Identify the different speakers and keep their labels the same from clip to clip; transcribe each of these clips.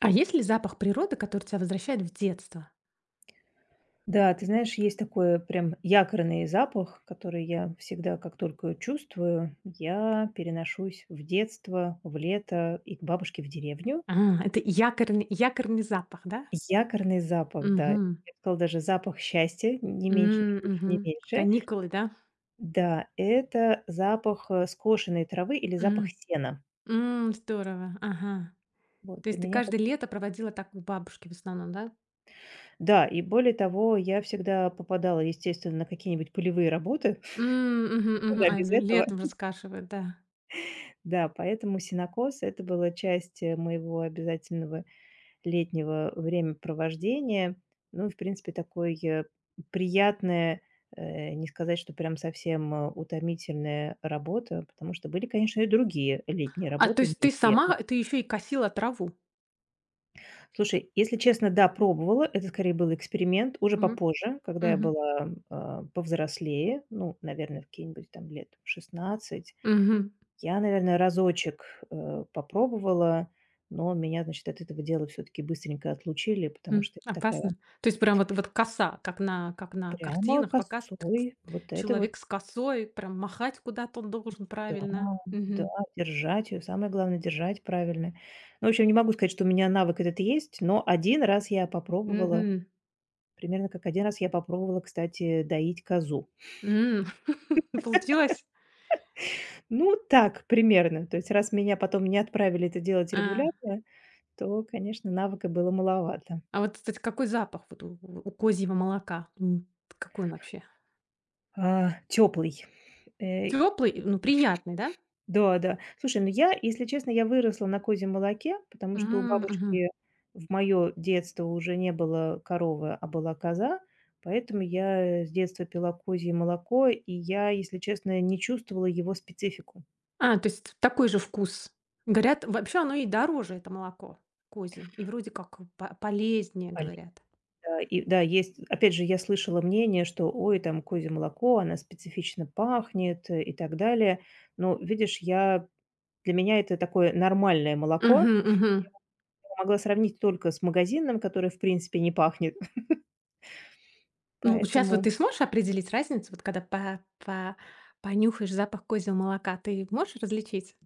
Speaker 1: А есть ли запах природы, который тебя возвращает в детство?
Speaker 2: Да, ты знаешь, есть такой прям якорный запах, который я всегда, как только чувствую, я переношусь в детство, в лето и к бабушке в деревню.
Speaker 1: А, это якорный запах, да?
Speaker 2: Якорный запах, да. Я
Speaker 1: Угу.
Speaker 2: бы сказала, даже запах счастья, не меньше, не
Speaker 1: М,
Speaker 2: больше,
Speaker 1: мгм.
Speaker 2: не меньше.
Speaker 1: Каникулы, да?
Speaker 2: Да, это запах скошенной травы или запах
Speaker 1: М,
Speaker 2: сена.
Speaker 1: здорово, ага.
Speaker 2: Вот,
Speaker 1: То
Speaker 2: для
Speaker 1: есть ты
Speaker 2: меня это.
Speaker 1: каждое лето проводила так у бабушки в основном, да?
Speaker 2: Да, и более того, я всегда попадала, естественно, на какие-нибудь полевые работы.
Speaker 1: М, мгм, мгм.
Speaker 2: Куда
Speaker 1: А,
Speaker 2: без этого?
Speaker 1: летом раскашивают, да.
Speaker 2: Да, поэтому сенокос- это была часть, моего обязательного летнего времяпровождения. Ну и, в принципе, такое, приятное, не сказать, что прям совсем, утомительная работа, потому что были, конечно, и другие летние
Speaker 1: А, то
Speaker 2: работы
Speaker 1: есть
Speaker 2: менее приятные.
Speaker 1: ты еще и косила траву?
Speaker 2: Слушай, если честно, да, пробовала. Это скорее был эксперимент уже
Speaker 1: Мгм,
Speaker 2: попозже, когда я
Speaker 1: мгм,
Speaker 2: была, повзрослее, ну, наверное, в какие-нибудь там лет 16.
Speaker 1: мгм.
Speaker 2: Я, наверное, разочек, попробовала, но меня, значит, от этого дела все таки быстренько отлучили, потому что это
Speaker 1: Опасно.
Speaker 2: такая
Speaker 1: То есть прям вот коса, как на
Speaker 2: прямо
Speaker 1: картинах показывают, кс
Speaker 2: косой. Вот это вот
Speaker 1: человек с косой, прям махать куда-то он должен
Speaker 2: да,
Speaker 1: правильно.
Speaker 2: да,
Speaker 1: Мгм.
Speaker 2: держать ее, самое главное- держать правильно. Ну, в общем, не могу сказать, что у меня навык этот есть, но один раз я попробовала,
Speaker 1: Мгм.
Speaker 2: примерно как один раз я попробовала, кстати, доить козу.
Speaker 1: М. Получилось?
Speaker 2: Ну, так примерно. То есть раз меня потом не отправили это делать
Speaker 1: А.
Speaker 2: регулярно, то, конечно, навыка было маловато.
Speaker 1: А вот, кстати, какой запах вот у козьего молока? Какой он вообще?
Speaker 2: Теплый.
Speaker 1: Теплый, ну, приятный, да?
Speaker 2: Да, да. Слушай, ну я, если честно, я выросла на козьем молоке, потому что у
Speaker 1: М, мгм.
Speaker 2: бабушки в моё детство уже не было коровы, а была коза, поэтому я с детства пила козье молоко, и я, если честно, не чувствовала его специфику.
Speaker 1: А, то есть такой же вкус. Говорят, вообще оно и дороже, это молоко козье, и вроде как по полезнее,
Speaker 2: Али
Speaker 1: говорят.
Speaker 2: да, и да, есть опять же, я слышала мнение, что: "Ой, там козье молоко, оно специфично пахнет", и так далее. Но видишь, я для меня это такое нормальное молоко.
Speaker 1: Мгм, мгм.
Speaker 2: Я его могла сравнить только с магазинным, который в принципе не пахнет.
Speaker 1: Ну, сейчас вот
Speaker 2: Поэтому
Speaker 1: ты сможешь определить разницу, вот когда по понюхаешь запах козьего молока, ты можешь различить?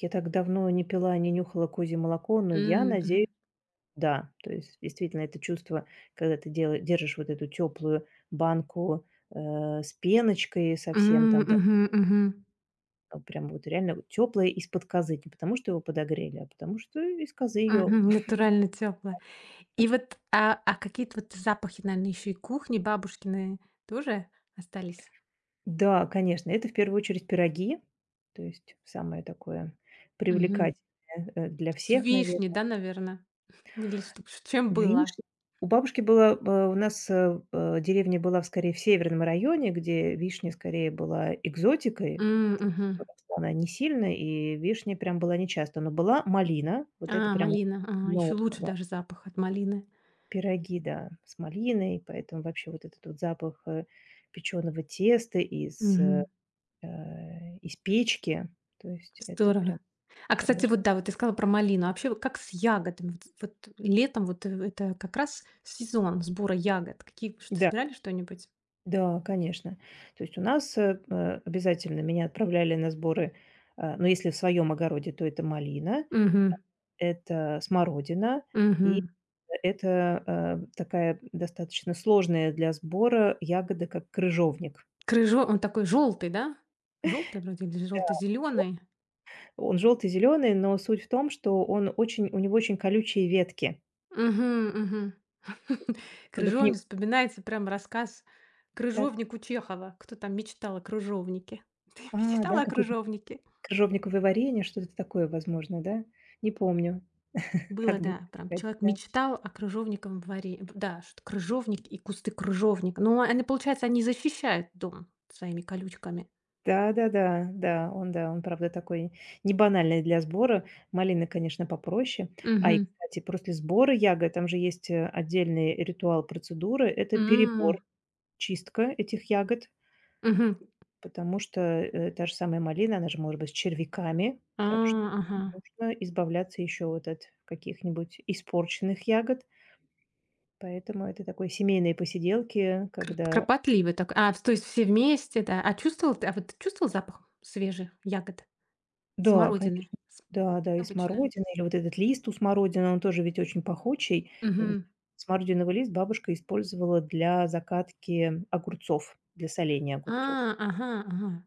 Speaker 2: я так давно не пила, не нюхала козье молоко, но я
Speaker 1: М,
Speaker 2: надеюсь,
Speaker 1: мгм.
Speaker 2: да. То есть действительно это чувство, когда ты дела держишь вот эту теплую банку, э, с пеночкой совсем
Speaker 1: М,
Speaker 2: там, да,
Speaker 1: мгм, мгм.
Speaker 2: ну, прям вот реально теплое из-под козы. Не потому что его подогрели, а потому что из козы ее.
Speaker 1: Мгм, натурально тёплое. И вот, а какие-то вот запахи, наверное, еще и кухни бабушкины тоже остались?
Speaker 2: Да, конечно, это в первую очередь пироги. То есть самое такое
Speaker 1: Мгм.
Speaker 2: привлекательное, для
Speaker 1: С
Speaker 2: всех, наверное.
Speaker 1: вишней, да, наверное, или что с чем
Speaker 2: Видишь,
Speaker 1: было?
Speaker 2: у бабушки у нас, деревня была скорее в северном районе, где вишня скорее была экзотикой,
Speaker 1: М, мгм.
Speaker 2: потому что она не сильная и вишня прям была нечасто, но была малина, вот это
Speaker 1: А,
Speaker 2: прям
Speaker 1: малина. Еще
Speaker 2: ново,
Speaker 1: лучше
Speaker 2: да.
Speaker 1: даже запах от малины.
Speaker 2: Пироги, да, с малиной, поэтому вообще вот этот вот запах, печеного теста из печки, то есть это прям,
Speaker 1: Здорово. А, кстати,
Speaker 2: конечно.
Speaker 1: вот да, вот ты сказала про малину. А вообще, вот как с ягодами? Вот летом вот, это как раз сезон сбора ягод.
Speaker 2: Да.
Speaker 1: Собирали что-нибудь?
Speaker 2: Да, конечно. То есть у нас, обязательно меня отправляли на сборы, ну, если в своем огороде, то это малина,
Speaker 1: Угу,
Speaker 2: это смородина, и
Speaker 1: угу.
Speaker 2: это, такая достаточно сложная для сбора ягода, как крыжовник.
Speaker 1: Крыжо он такой желтый, да? Желтый вроде или
Speaker 2: Да, жел
Speaker 1: желто-зеленый?
Speaker 2: он желтый-зеленый, но суть в том, что он очень у него очень колючие ветки.
Speaker 1: Угу, угу.
Speaker 2: То есть, чтобы к ним
Speaker 1: Крыжовник вспоминается прям рассказ
Speaker 2: так.
Speaker 1: "Крыжовник" у Чехова. Кто там мечтал о крыжовнике? Ты
Speaker 2: А, да,
Speaker 1: мечтала о
Speaker 2: какое-то
Speaker 1: крыжовнике?
Speaker 2: крыжовниковое варенье, что-то такое, возможно, да? Не помню.
Speaker 1: Было,
Speaker 2: Надо будет
Speaker 1: да, прям
Speaker 2: поискать,
Speaker 1: человек
Speaker 2: да.
Speaker 1: мечтал о крыжовниковом дворе. Да, что крыжовник и кусты крыжовника. Но они, получается, они защищают дом своими колючками.
Speaker 2: Да-да-да, да, да, да, он, правда, такой не банальный для сбора. Малина, конечно, попроще. А и,
Speaker 1: Мгм.
Speaker 2: кстати, после сбора ягод там же есть, отдельный ритуал, процедуры. Это перебор,
Speaker 1: М,
Speaker 2: чистка этих ягод,
Speaker 1: мгм.
Speaker 2: потому что, та же самая малина, она же может быть с червяками,
Speaker 1: А,
Speaker 2: так что
Speaker 1: ага.
Speaker 2: нужно избавляться еще вот от каких-нибудь испорченных ягод. Поэтому это такой семейные посиделки, когда.
Speaker 1: Кропотливый так. А, то есть все вместе, да. А вот ты чувствовал запах свежих ягод?
Speaker 2: Да,
Speaker 1: Смородины.
Speaker 2: конечно. Да, да, и
Speaker 1: Обычно.
Speaker 2: смородина, или вот этот лист у смородины, он тоже ведь очень пахучий. И н
Speaker 1: Мгм.
Speaker 2: смородиновый лист бабушка использовала для закатки огурцов, для соления
Speaker 1: А,
Speaker 2: огурцов.
Speaker 1: ага, ага.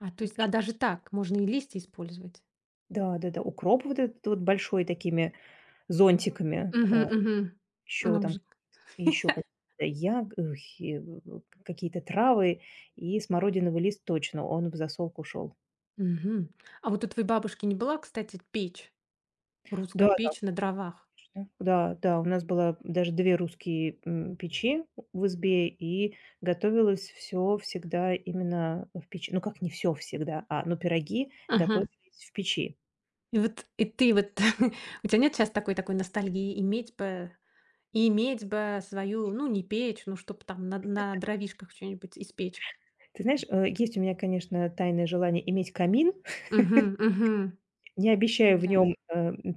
Speaker 1: А то есть,
Speaker 2: Так
Speaker 1: а
Speaker 2: что
Speaker 1: даже так можно и листья использовать.
Speaker 2: да-да-да, укроп вот этот вот большой такими зонтиками,
Speaker 1: Угу, угу.
Speaker 2: еще там, еще какие-то яг эх, и в какие-то травы, и смородиновый лист точно, он в засолку шел.
Speaker 1: Мгм. А вот у твоей бабушки не была, кстати, печь? Русская
Speaker 2: Да-да.
Speaker 1: печь на дровах?
Speaker 2: Точно. Да, да, у нас было даже две русские печи в избе, и готовилось все всегда именно в печи. Ну, как не все всегда, но пироги
Speaker 1: Ага.
Speaker 2: готовились в печи.
Speaker 1: И вот и ты вот у тебя нет сейчас такой ностальгии иметь бы свою, ну, не печь, ну, чтобы там на дровишках что-нибудь испечь?
Speaker 2: Ты знаешь, есть у меня, конечно, тайное желание иметь камин.
Speaker 1: Мгм, мгм.
Speaker 2: Не обещаю в
Speaker 1: Да.
Speaker 2: нем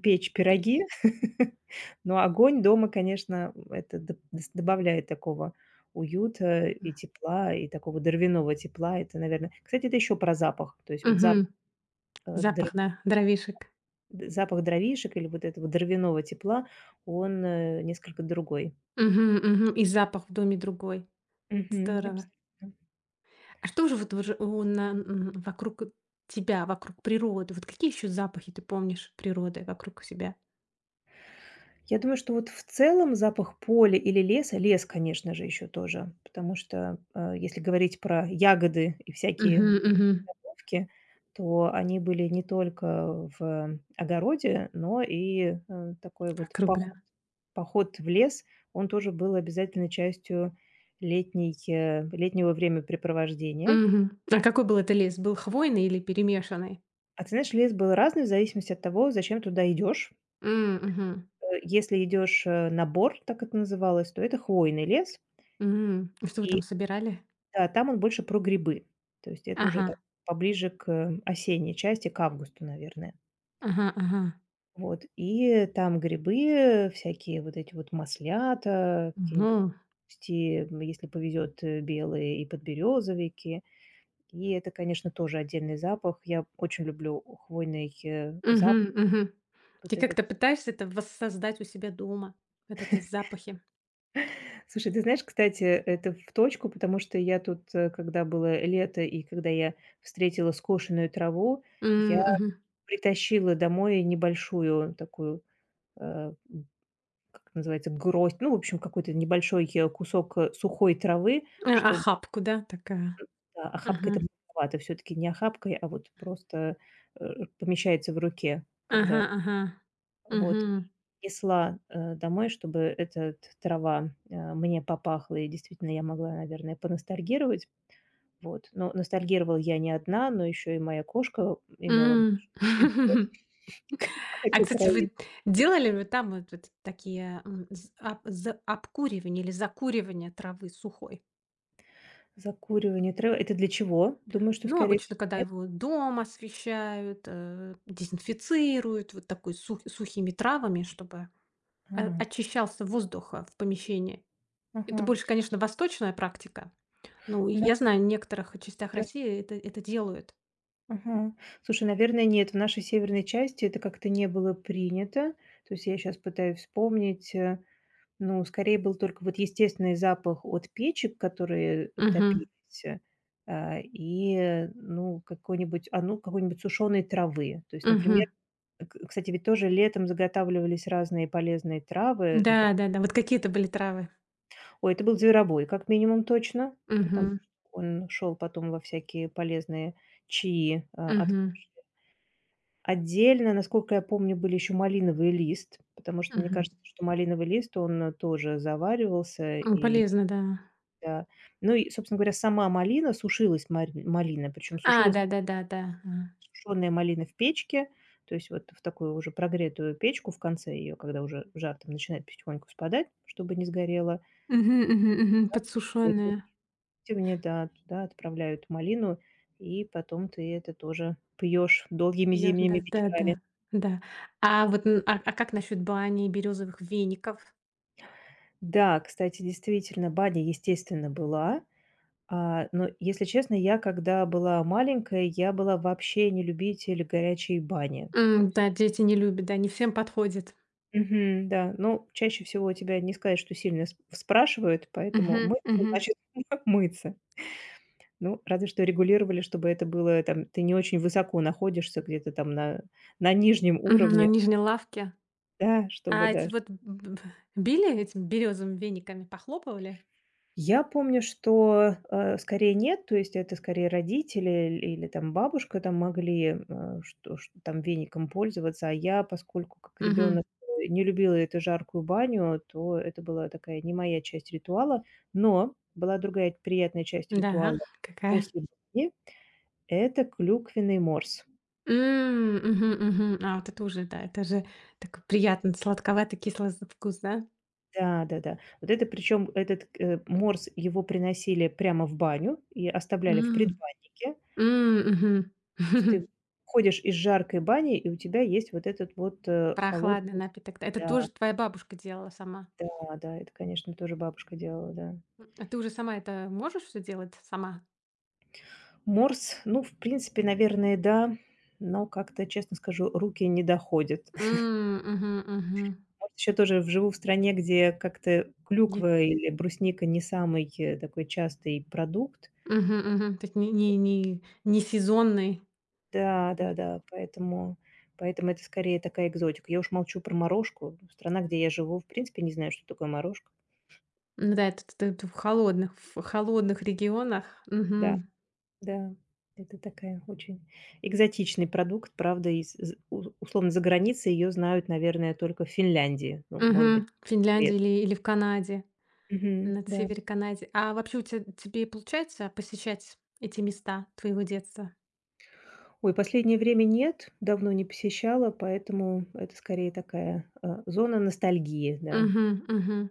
Speaker 2: печь
Speaker 1: Пе
Speaker 2: пироги, но огонь дома, конечно, это д дс добавляет такого уюта и тепла, и такого дровяного тепла. Это, наверное. Кстати, это еще про запах. То есть вот
Speaker 1: Мгм.
Speaker 2: запах, э,
Speaker 1: Запах, да, дровишек.
Speaker 2: Д запах дровишек или вот этого дровяного тепла, он, несколько другой.
Speaker 1: Мгм, мгм. И запах в доме другой.
Speaker 2: Мгм.
Speaker 1: Здорово.
Speaker 2: Абсолютно.
Speaker 1: А что же вот вж у на м, вокруг тебя, вокруг природы? Вот какие еще запахи ты помнишь природы вокруг себя?
Speaker 2: Я думаю, что вот в целом запах поля или леса, лес, конечно же, еще тоже, потому что, если говорить про ягоды и
Speaker 1: Мгм,
Speaker 2: всякие
Speaker 1: мгм.
Speaker 2: травки, то они были не только в огороде, но и, такой вот
Speaker 1: Вокруг, да.
Speaker 2: поход в лес, он тоже был обязательной частью летнего времяпрепровождения.
Speaker 1: Мгм. А какой был это лес? Был хвойный или перемешанный?
Speaker 2: А ты знаешь, лес был разный в зависимости от того, зачем туда идешь.
Speaker 1: М, мгм,
Speaker 2: Если идешь на бор, так это называлось, то это хвойный лес,
Speaker 1: м. И что вы там
Speaker 2: и
Speaker 1: собирали?
Speaker 2: да, там он больше про грибы. То есть это уже
Speaker 1: Ага,
Speaker 2: так поближе к осенней части, к августу, наверное.
Speaker 1: ага, ага.
Speaker 2: Вот. И там грибы, всякие вот эти вот маслята, какие-нибудь,
Speaker 1: Ну.
Speaker 2: если повезет, белые и подберезовики. И это, конечно, тоже отдельный запах. Я очень люблю хвойный запах,
Speaker 1: Мгм, мгм. Ты
Speaker 2: вот
Speaker 1: как-то
Speaker 2: этот.
Speaker 1: пытаешься это воссоздать у себя дома, вот эти запахи?
Speaker 2: Слушай, ты знаешь, кстати, это в точку, потому что я тут, когда было лето и когда я встретила скошенную траву,
Speaker 1: М,
Speaker 2: я
Speaker 1: мгм.
Speaker 2: притащила домой небольшую такую, э, м, как это называется, гроздь, ну, в общем, какой-то небольшой кусок сухой травы,
Speaker 1: А,
Speaker 2: чтобы
Speaker 1: охапку, да, такая?
Speaker 2: да, охапка
Speaker 1: Ага,
Speaker 2: это маловато, все-таки не охапкой, а вот просто э, помещается в руке,
Speaker 1: ага,
Speaker 2: когда
Speaker 1: ага.
Speaker 2: вот
Speaker 1: Мгм.
Speaker 2: несла домой, чтобы эта трава мне попахла, и действительно я могла, наверное, поностальгировать. Вот. Но ностальгировала я не одна, но еще и моя кошка имела
Speaker 1: М.
Speaker 2: большой интерес к
Speaker 1: А,
Speaker 2: этой
Speaker 1: кстати,
Speaker 2: траве.
Speaker 1: вы делали ли там вот такие, з ап за обкуривание или закуривание травы сухой?
Speaker 2: Закуривание травы- это для чего? Думаю, что,
Speaker 1: Ну,
Speaker 2: скорее
Speaker 1: обычно,
Speaker 2: всего,
Speaker 1: когда
Speaker 2: нет?
Speaker 1: его дом освещают, дезинфицируют вот такой сухими травами, чтобы,
Speaker 2: А,
Speaker 1: очищался воздух, в помещении. Это
Speaker 2: ага.
Speaker 1: больше, конечно, восточная практика. Ну, и я
Speaker 2: Наверно.
Speaker 1: знаю, в некоторых частях России это делают.
Speaker 2: Ага. Слушай, наверное, нет. В нашей северной части это как-то не было принято. То есть я сейчас пытаюсь вспомнить, ну, скорее был только вот естественный запах от печек, которые
Speaker 1: Мгм,
Speaker 2: топились, ну, ну, какой-нибудь сушеной травы. То есть, например.
Speaker 1: мгм.
Speaker 2: К кстати, ведь тоже летом заготавливались разные полезные травы. Напри
Speaker 1: Да-да-да, вот какие то были травы?
Speaker 2: Ой, это был зверобой, как минимум, точно, потому
Speaker 1: Мгм,
Speaker 2: что он шел потом во всякие полезные чаи, а, от
Speaker 1: мгм.
Speaker 2: Отдельно, насколько я помню, были еще малиновый лист, потому что мне кажется, что малиновый лист, он, тоже заваривался и,
Speaker 1: Полезно, да.
Speaker 2: да. Ну и, собственно говоря, сама малина, сушилась марь малина, причем
Speaker 1: А,
Speaker 2: сушилась.
Speaker 1: да-да-да-да. А.
Speaker 2: Тушеные малины в печке, то есть вот в такую уже прогретую печку, в конце ее, когда уже жар там начинает потихоньку спадать, чтобы не сгорело.
Speaker 1: Пьешь,
Speaker 2: Вот в Да, туда отправляют малину, и потом ты это тоже пьешь долгими
Speaker 1: да,
Speaker 2: зимними
Speaker 1: да-да,
Speaker 2: вечерами.
Speaker 1: да. Да. А вот, н а как насчет бани и березовых веников?
Speaker 2: Да, кстати, действительно, баня, естественно, была. А, но, если честно, я, когда была маленькая, я была вообще не любитель горячей бани. То
Speaker 1: М, да, дети не любят, да, не всем подходит.
Speaker 2: Мгм, да. Ну, чаще всего у тебя не сказать, что сильно с спрашивают, поэтому
Speaker 1: Мгм,
Speaker 2: мыться
Speaker 1: мгм,
Speaker 2: значит мыться. Ну, разве что регулировали, чтобы это было там, ты не очень высоко находишься где-то там на нижнем
Speaker 1: мгм. На
Speaker 2: уровне,
Speaker 1: нижней лавке.
Speaker 2: да, чтобы,
Speaker 1: А
Speaker 2: да.
Speaker 1: эти вот б б били этими березовыми вениками, похлопывали?
Speaker 2: Я помню, что, скорее нет, то есть это скорее родители или там бабушка там могли, что там веником пользоваться, а я, поскольку как
Speaker 1: Мгм.
Speaker 2: ребенок не любила эту жаркую баню, то это была такая не моя часть ритуала. Но была другая приятная часть ритуала
Speaker 1: Да, какая?
Speaker 2: после бани- это клюквенный морс.
Speaker 1: М, мгм, мгм. А, вот это уже, да, это же такой приятный сладковатый кислый вкус, да?
Speaker 2: Да-да-да. Вот это причем этот, морс, его приносили прямо в баню и оставляли в
Speaker 1: М.
Speaker 2: предбаннике.
Speaker 1: М, мгм.
Speaker 2: Есть ты ходишь из жаркой бани, и у тебя есть вот этот вот,
Speaker 1: Прохладный
Speaker 2: холодный.
Speaker 1: напиток. Да. Это
Speaker 2: Да,
Speaker 1: тоже твоя бабушка делала сама?
Speaker 2: да, да, это, конечно, тоже бабушка делала, да.
Speaker 1: А ты уже сама это можешь все делать сама?
Speaker 2: Морс, ну, в принципе, наверное, да, но как-то, честно скажу, руки не доходят.
Speaker 1: М, мгм, мгм.
Speaker 2: Может, еще тоже живу в стране, где как-то
Speaker 1: Нет.
Speaker 2: клюква или брусника не самый, такой частый продукт.
Speaker 1: Мгм, мгм. То есть не сезонный.
Speaker 2: Да,
Speaker 1: Н
Speaker 2: да-да, поэтому это скорее такая экзотика. Я уж молчу про морожку. Страна, где я живу, в принципе, не знаю, что такое морожка.
Speaker 1: ну да, это т ты в холодных регионах.
Speaker 2: Да.
Speaker 1: Мгм.
Speaker 2: Да, это такая очень экзотичный продукт, правда, из з у условно, за границей ее знают, наверное, только в Финляндии, ну, может быть,
Speaker 1: Мгм. В Финляндии
Speaker 2: Шве
Speaker 1: или в Канаде,
Speaker 2: Мгм,
Speaker 1: на
Speaker 2: да.
Speaker 1: севере Канады. А вообще у тебя тебе получается посещать эти места твоего детства?
Speaker 2: Ой, последнее время нет, давно не посещала, поэтому это скорее такая, зона ностальгии, да.
Speaker 1: Угу, мгм.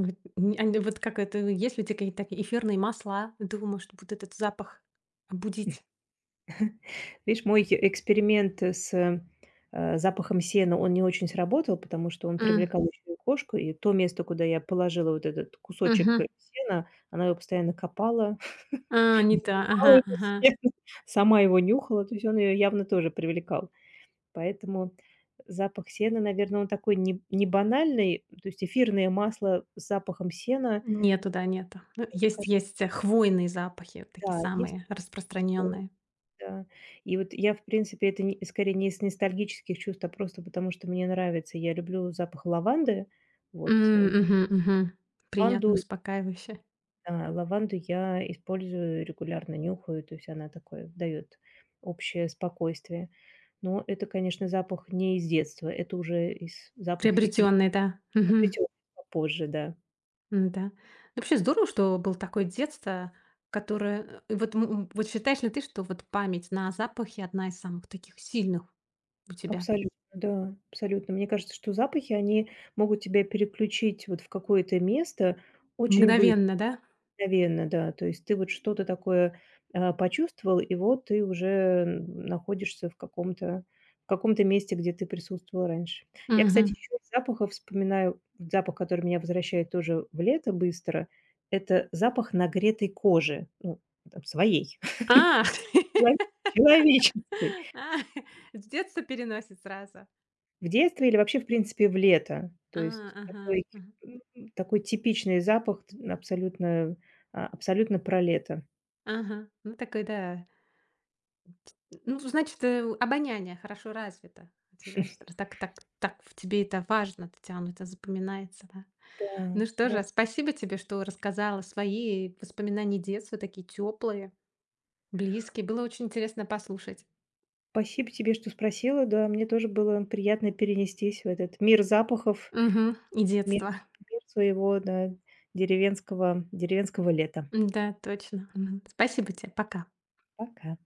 Speaker 1: Вот нь ань вот как это, ну, есть ли у тя какие-то такие эфирные масла? Думаю, может, будет этот запах будить.
Speaker 2: Видишь, мой эксперимент с, запахом сена, он не очень сработал, потому что он
Speaker 1: М,
Speaker 2: привлекал очень кошку, и то место, куда я положила вот этот кусочек
Speaker 1: мгм.
Speaker 2: сена, она его постоянно копала.
Speaker 1: А, не то. Ага,
Speaker 2: Заливала это
Speaker 1: ага.
Speaker 2: всем, сама его нюхала, то есть он ее явно тоже привлекал. Поэтому запах сена, наверное, он такой не банальный, то есть эфирное масло с запахом сена,
Speaker 1: Нету, да, нету. Ну,
Speaker 2: мне
Speaker 1: есть
Speaker 2: кажется,
Speaker 1: есть, хвойные запахи, вот такие
Speaker 2: да, есть
Speaker 1: самые
Speaker 2: такое,
Speaker 1: распространенные.
Speaker 2: да. И вот я, в принципе, это не скорее не из ностальгических чувств, а просто потому, что мне нравится. Я люблю запах лаванды. Вот
Speaker 1: М, мгм, мгм.
Speaker 2: лаванду
Speaker 1: Приятно, успокаивающе.
Speaker 2: А, лаванду я использую, регулярно нюхаю, то есть она такое дает общее спокойствие. Но это, конечно, запах не из детства, это уже из запахи из
Speaker 1: Приобретенные, да. Мгм.
Speaker 2: приобретённые попозже, да.
Speaker 1: М-да. Вообще здорово, что было такое детство, которое, вот считаешь ли ты, что вот память на запахи одна из самых таких сильных у тебя?
Speaker 2: Абсолютно, да, абсолютно. Мне кажется, что запахи, они могут тебя переключить вот в какое-то место очень быстро.
Speaker 1: Мгновенно, да?
Speaker 2: Мгновенно, да. То есть ты вот что-то такое, почувствовал, и вот ты уже находишься в каком-то месте, где ты присутствовал раньше. Я, кстати,
Speaker 1: Мгм.
Speaker 2: еще из запахов вспоминаю запах, который меня возвращает тоже в лето быстро. Это запах нагретой кожи, ну, там, своей,
Speaker 1: А,
Speaker 2: чело человеческой.
Speaker 1: А, с детства переносит сразу.
Speaker 2: В детстве или вообще, в принципе, в лето. То
Speaker 1: А,
Speaker 2: есть
Speaker 1: ага,
Speaker 2: такой,
Speaker 1: ага,
Speaker 2: такой типичный запах, абсолютно про лето.
Speaker 1: ага. Ну, такой, да. Ну, значит, обоняние хорошо развито у тебя. Так в тебе это важно, Татьяна, это запоминается, да.
Speaker 2: Да,
Speaker 1: Ну что
Speaker 2: да.
Speaker 1: же, спасибо тебе, что рассказала свои воспоминания детства, такие теплые, близкие. Было очень интересно послушать.
Speaker 2: Спасибо тебе, что спросила. Да, мне тоже было приятно перенестись в этот мир запахов,
Speaker 1: Мгм. И
Speaker 2: мир,
Speaker 1: детство.
Speaker 2: мир своего, да, деревенского, деревенского лета.
Speaker 1: Да, точно. Мгм. Спасибо тебе. Пока.
Speaker 2: Пока.